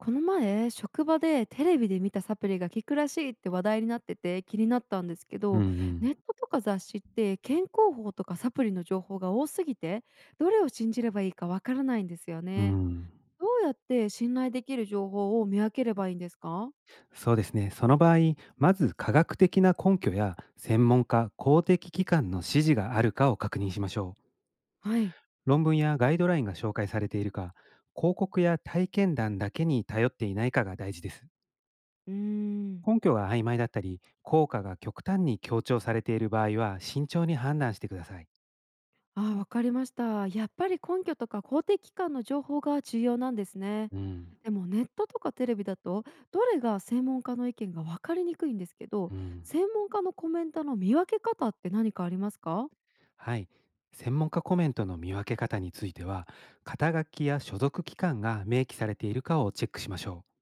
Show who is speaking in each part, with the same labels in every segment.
Speaker 1: この前、職場でテレビで見たサプリが効くらしいって話題になってて気になったんですけ
Speaker 2: う
Speaker 1: ど、
Speaker 2: ん
Speaker 1: ネットとか雑誌って健康法とかサプリの情報が多すぎて、どれを信じればいいかわからないんですよ
Speaker 2: うん。
Speaker 1: ね。
Speaker 2: うん。
Speaker 1: どうやって信頼できる情報を見分ければいいんですか。
Speaker 2: そうですね。その場合、まず科学的な根拠や専門家、公的機関の指示があるかを確認しましょう。
Speaker 1: はい。
Speaker 2: 論文やガイドラインが紹介されているか、広告や体験談だけに頼っていないかが大事です。
Speaker 1: うーん。
Speaker 2: 根拠が曖昧だったり、効果が極端に強調されている場合は、慎重に判断してください。
Speaker 1: ああ、わかりました。やっぱり根拠とか公的機関の情報が重要なんですね。
Speaker 2: うん。
Speaker 1: でもネットとかテレビだとどれが専門家の意見がわかりにくいんですけど、
Speaker 2: うん。
Speaker 1: 専門家のコメントの見分け方って何かありますか？
Speaker 2: はい。専門家コメントの見分け方については、肩書きや所属機関が明記されているかをチェックしましょう。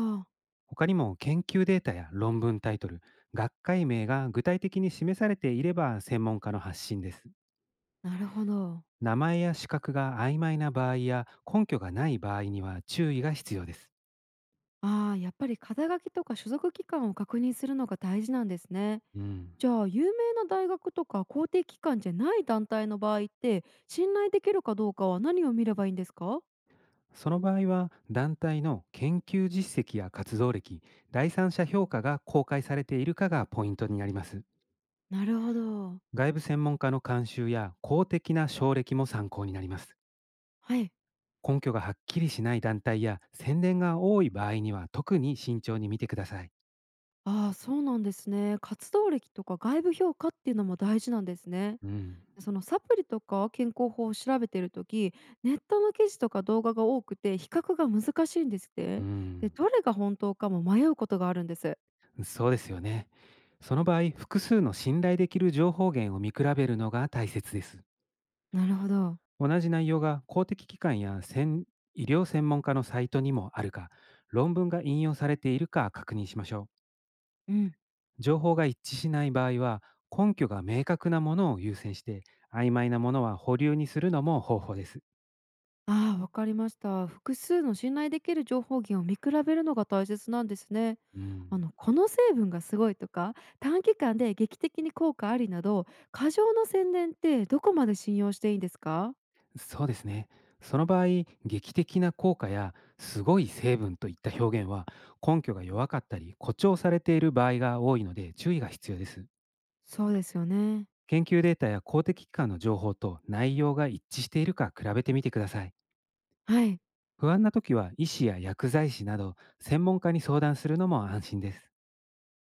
Speaker 1: ああ。
Speaker 2: 他にも研究データや論文タイトル、学会名が具体的に示されていれば専門家の発信です。
Speaker 1: なるほど。
Speaker 2: 名前や資格が曖昧な場合や根拠がない場合には注意が必要です。
Speaker 1: ああ、やっぱり肩書きとか所属機関を確認するのが大事なんですね。
Speaker 2: うん。
Speaker 1: じゃあ有名な大学とか公的機関じゃない団体の場合って信頼できるかどうかは何を見ればいいんですか？
Speaker 2: その場合は団体の研究実績や活動歴、第三者評価が公開されているかがポイントになります。
Speaker 1: なるほど。
Speaker 2: 外部専門家の監修や公的な奨励も参考になります。
Speaker 1: はい。
Speaker 2: 根拠がはっきりしない団体や宣伝が多い場合には特に慎重に見てください。
Speaker 1: ああ、そうなんですね。活動歴とか外部評価っていうのも大事なんですね。
Speaker 2: うん、
Speaker 1: そのサプリとか健康法を調べてるとき、ネットの記事とか動画が多くて比較が難しいんですっ
Speaker 2: う
Speaker 1: て。で、
Speaker 2: ん、
Speaker 1: どれが本当かも迷うことがあるんです。
Speaker 2: そうですよね。その場合、複数の信頼できる情報源を見比べるのが大切です。
Speaker 1: なるほど。
Speaker 2: 同じ内容が公的機関や専医療専門家のサイトにもあるか、論文が引用されているか確認しましょ
Speaker 1: うん。
Speaker 2: う。情報が一致しない場合は、根拠が明確なものを優先して、曖昧なものは保留にするのも方法です。
Speaker 1: ああ、わかりました。複数の信頼できる情報源を見比べるのが大切なんですね。
Speaker 2: うん、
Speaker 1: あのこの成分がすごいとか、短期間で劇的に効果ありなど、過剰な宣伝ってどこまで信用していいんですか？
Speaker 2: そうですね。その場合、劇的な効果やすごい成分といった表現は根拠が弱かったり誇張されている場合が多いので注意が必要です。
Speaker 1: そうですよね。
Speaker 2: 研究データや公的機関の情報と内容が一致しているか比べてみてください。
Speaker 1: はい。
Speaker 2: 不安な時は医師や薬剤師など専門家に相談するのも安心です。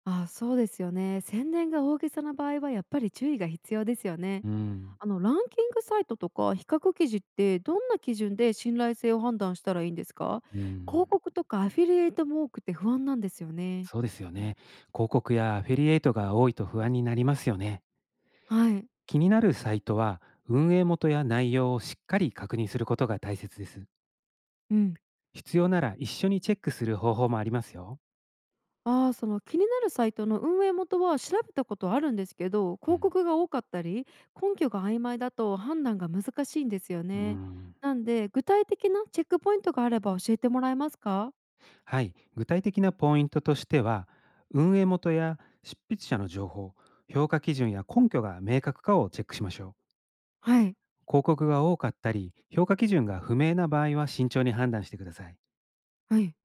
Speaker 1: あ、そうですよね。宣伝が大げさな場合はやっぱり注意が必要ですよね。
Speaker 2: うん、
Speaker 1: あのランキングサイトとか比較記事ってどんな基準で信頼性を判断したらいいんですか？
Speaker 2: うん、
Speaker 1: 広告とかアフィリエイトも多くて不安なんですよね。
Speaker 2: そうですよね。広告やアフィリエイトが多いと不安になりますよね。
Speaker 1: はい。
Speaker 2: 気になるサイトは運営元や内容をしっかり確認することが大切です。
Speaker 1: うん。
Speaker 2: 必要なら一緒にチェックする方法もありますよ。
Speaker 1: ああ、その気になるサイトの運営元は調べたことあるんですけど、
Speaker 2: う
Speaker 1: 広
Speaker 2: ん。
Speaker 1: 告が多かったり、根拠が曖昧だと判断が難しいんですよ
Speaker 2: う
Speaker 1: ね。
Speaker 2: ん。
Speaker 1: なんで、具体的なチェックポイントがあれば教えてもらえますか？
Speaker 2: はい、具体的なポイントとしては運営元や執筆者の情報、評価基準や根拠が明確かをチェックしましょう。
Speaker 1: はい、
Speaker 2: 広告が多かったり評価基準が不明な場合は慎重に判断してください。
Speaker 1: はい。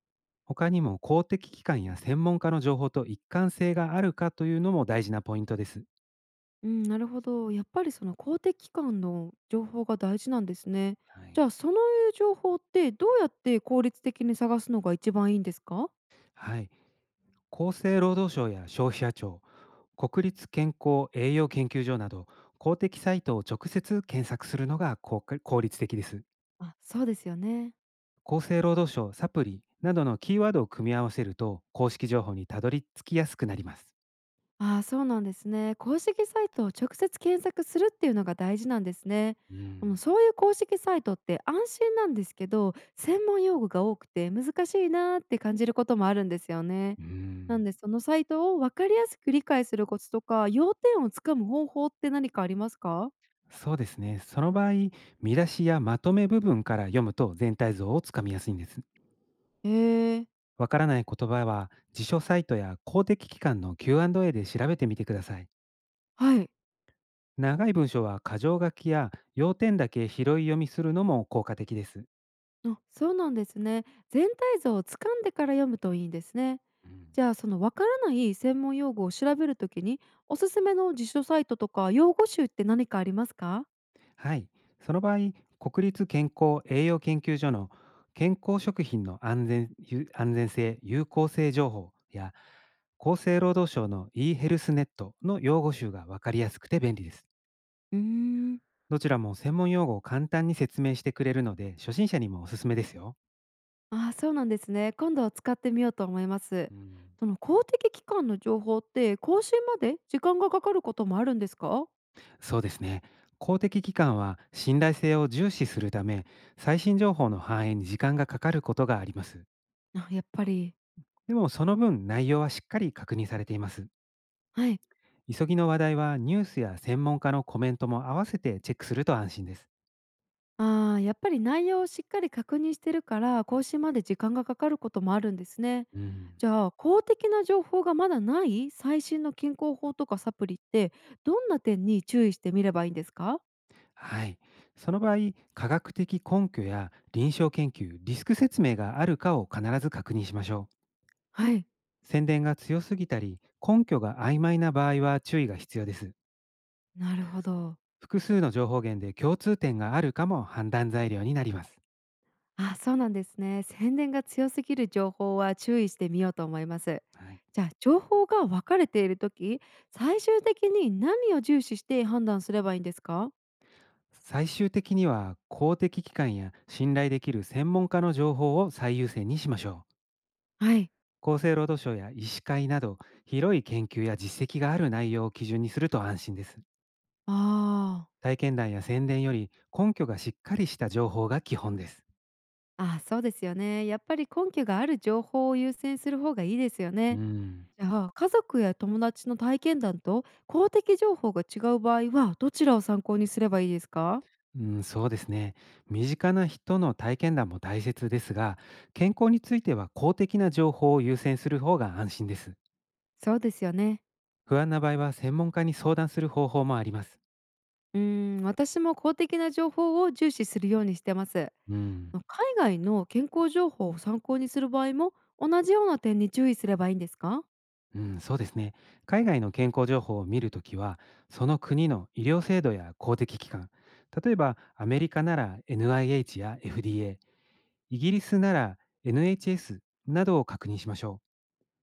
Speaker 2: 他にも公的機関や専門家の情報と一貫性があるかというのも大事なポイントです。
Speaker 1: うん、なるほど。やっぱりその公的機関の情報が大事なんですね。
Speaker 2: は
Speaker 1: じ
Speaker 2: い。
Speaker 1: ゃあ、その情報ってどうやって効率的に探すのが一番いいんですか？
Speaker 2: はい、厚生労働省や消費者庁、国立健康栄養研究所など公的サイトを直接検索するのが効果効率的です。
Speaker 1: あ、そうですよね。
Speaker 2: 厚生労働省サプリなどのキーワードを組み合わせると公式情報にたどり着きやすくなります。
Speaker 1: ああ、そうなんですね。公式サイトを直接検索するっていうのが大事なんですね。
Speaker 2: う
Speaker 1: あの
Speaker 2: ん。
Speaker 1: そういう公式サイトって安心なんですけど、専門用語が多くて難しいなーって感じることもあるんですよね。
Speaker 2: うー
Speaker 1: な
Speaker 2: ん。
Speaker 1: んでそのサイトを分かりやすく理解するコツとか、要点をつかむ方法って何かありますか？
Speaker 2: そうですね。その場合、見出しやまとめ部分から読むと全体像をつかみやすいんです。
Speaker 1: ええ、
Speaker 2: わからない言葉は辞書サイトや公的機関の Q&A で調べてみてください。
Speaker 1: はい。
Speaker 2: 長い文章は箇条書きや要点だけ拾い読みするのも効果的です。
Speaker 1: あ、そうなんですね。全体像をつかんでから読むといいんですね。
Speaker 2: う
Speaker 1: じ
Speaker 2: ん、
Speaker 1: ゃあそのわからない専門用語を調べるときに、おすすめの辞書サイトとか用語集って何かありますか？
Speaker 2: はい。その場合、国立健康栄養研究所の健康食品の安全ゆ安全性、有効性情報や厚生労働省の e ヘルスネットの用語集がわかりやすくて便利です。
Speaker 1: うーん。
Speaker 2: どちらも専門用語を簡単に説明してくれるので、初心者にもおすすめですよ。
Speaker 1: ああ、そうなんですね。今度は使ってみようと思います。
Speaker 2: うん、
Speaker 1: その公的機関の情報って更新まで時間がかかることもあるんですか？
Speaker 2: そうですね。公的機関は信頼性を重視するため、最新情報の反映に時間がかかることがあります。
Speaker 1: あ、やっぱり。
Speaker 2: でもその分内容はしっかり確認されています。
Speaker 1: はい。
Speaker 2: 急ぎの話題はニュースや専門家のコメントも合わせてチェックすると安心です。
Speaker 1: ああ、やっぱり内容をしっかり確認してるから、更新まで時間がかかることもあるんですね。
Speaker 2: うん。
Speaker 1: じゃあ、公的な情報がまだない最新の健康法とかサプリって、どんな点に注意してみればいいんですか？
Speaker 2: はい。その場合、科学的根拠や臨床研究、リスク説明があるかを必ず確認しましょ
Speaker 1: はい、
Speaker 2: う。宣伝が強すぎたり、根拠が曖昧な場合は注意が必要です。
Speaker 1: なるほど。
Speaker 2: 複数の情報源で共通点があるかも判断材料になります。
Speaker 1: あ、そうなんですね。宣伝が強すぎる情報は注意してみようと思います。
Speaker 2: はい、
Speaker 1: じゃあ、情報が分かれているとき、最終的に何を重視して判断すればいいんですか？
Speaker 2: 最終的には公的機関や信頼できる専門家の情報を最優先にしましょう。
Speaker 1: はい、
Speaker 2: 厚生労働省や医師会など広い研究や実績がある内容を基準にすると安心です。
Speaker 1: ああー。
Speaker 2: 体験談や宣伝より根拠がしっかりした情報が基本です。
Speaker 1: あ、そうですよね。やっぱり根拠がある情報を優先する方がいいですよ
Speaker 2: う
Speaker 1: ね。
Speaker 2: ん、
Speaker 1: じゃあ、家族や友達の体験談と公的情報が違う場合は、どちらを参考にすればいいですか？
Speaker 2: うん、そうですね。身近な人の体験談も大切ですが、健康については公的な情報を優先する方が安心です。
Speaker 1: そうですよね。
Speaker 2: 不安な場合は専門家に相談する方法もあります。
Speaker 1: うーん、私も公的な情報を重視するようにしてます。
Speaker 2: うん。
Speaker 1: ま、海外の健康情報を参考にする場合も、同じような点に注意すればいいんですか？
Speaker 2: うん、そうですね。海外の健康情報を見るときは、その国の医療制度や公的機関、例えばアメリカなら NIH や FDA、イギリスなら NHS などを確認しましょ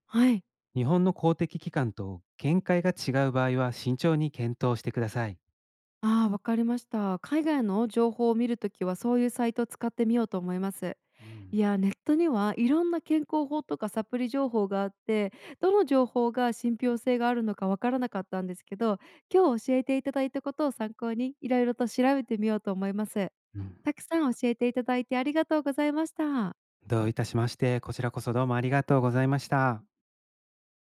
Speaker 1: はい。
Speaker 2: う。日本の公的機関と見解が違う場合は慎重に検討してください。
Speaker 1: ああ、わかりました。海外の情報を見るときはそういうサイトを使ってみようと思います。
Speaker 2: う
Speaker 1: い
Speaker 2: ん。
Speaker 1: や、ネットにはいろんな健康法とかサプリ情報があって、どの情報が信憑性があるのかわからなかったんですけど、今日教えていただいたことを参考にいろいろと調べてみようと思います。
Speaker 2: うん、
Speaker 1: たくさん教えていただいてありがとうございました。
Speaker 2: どういたしまして、こちらこそどうもありがとうございました。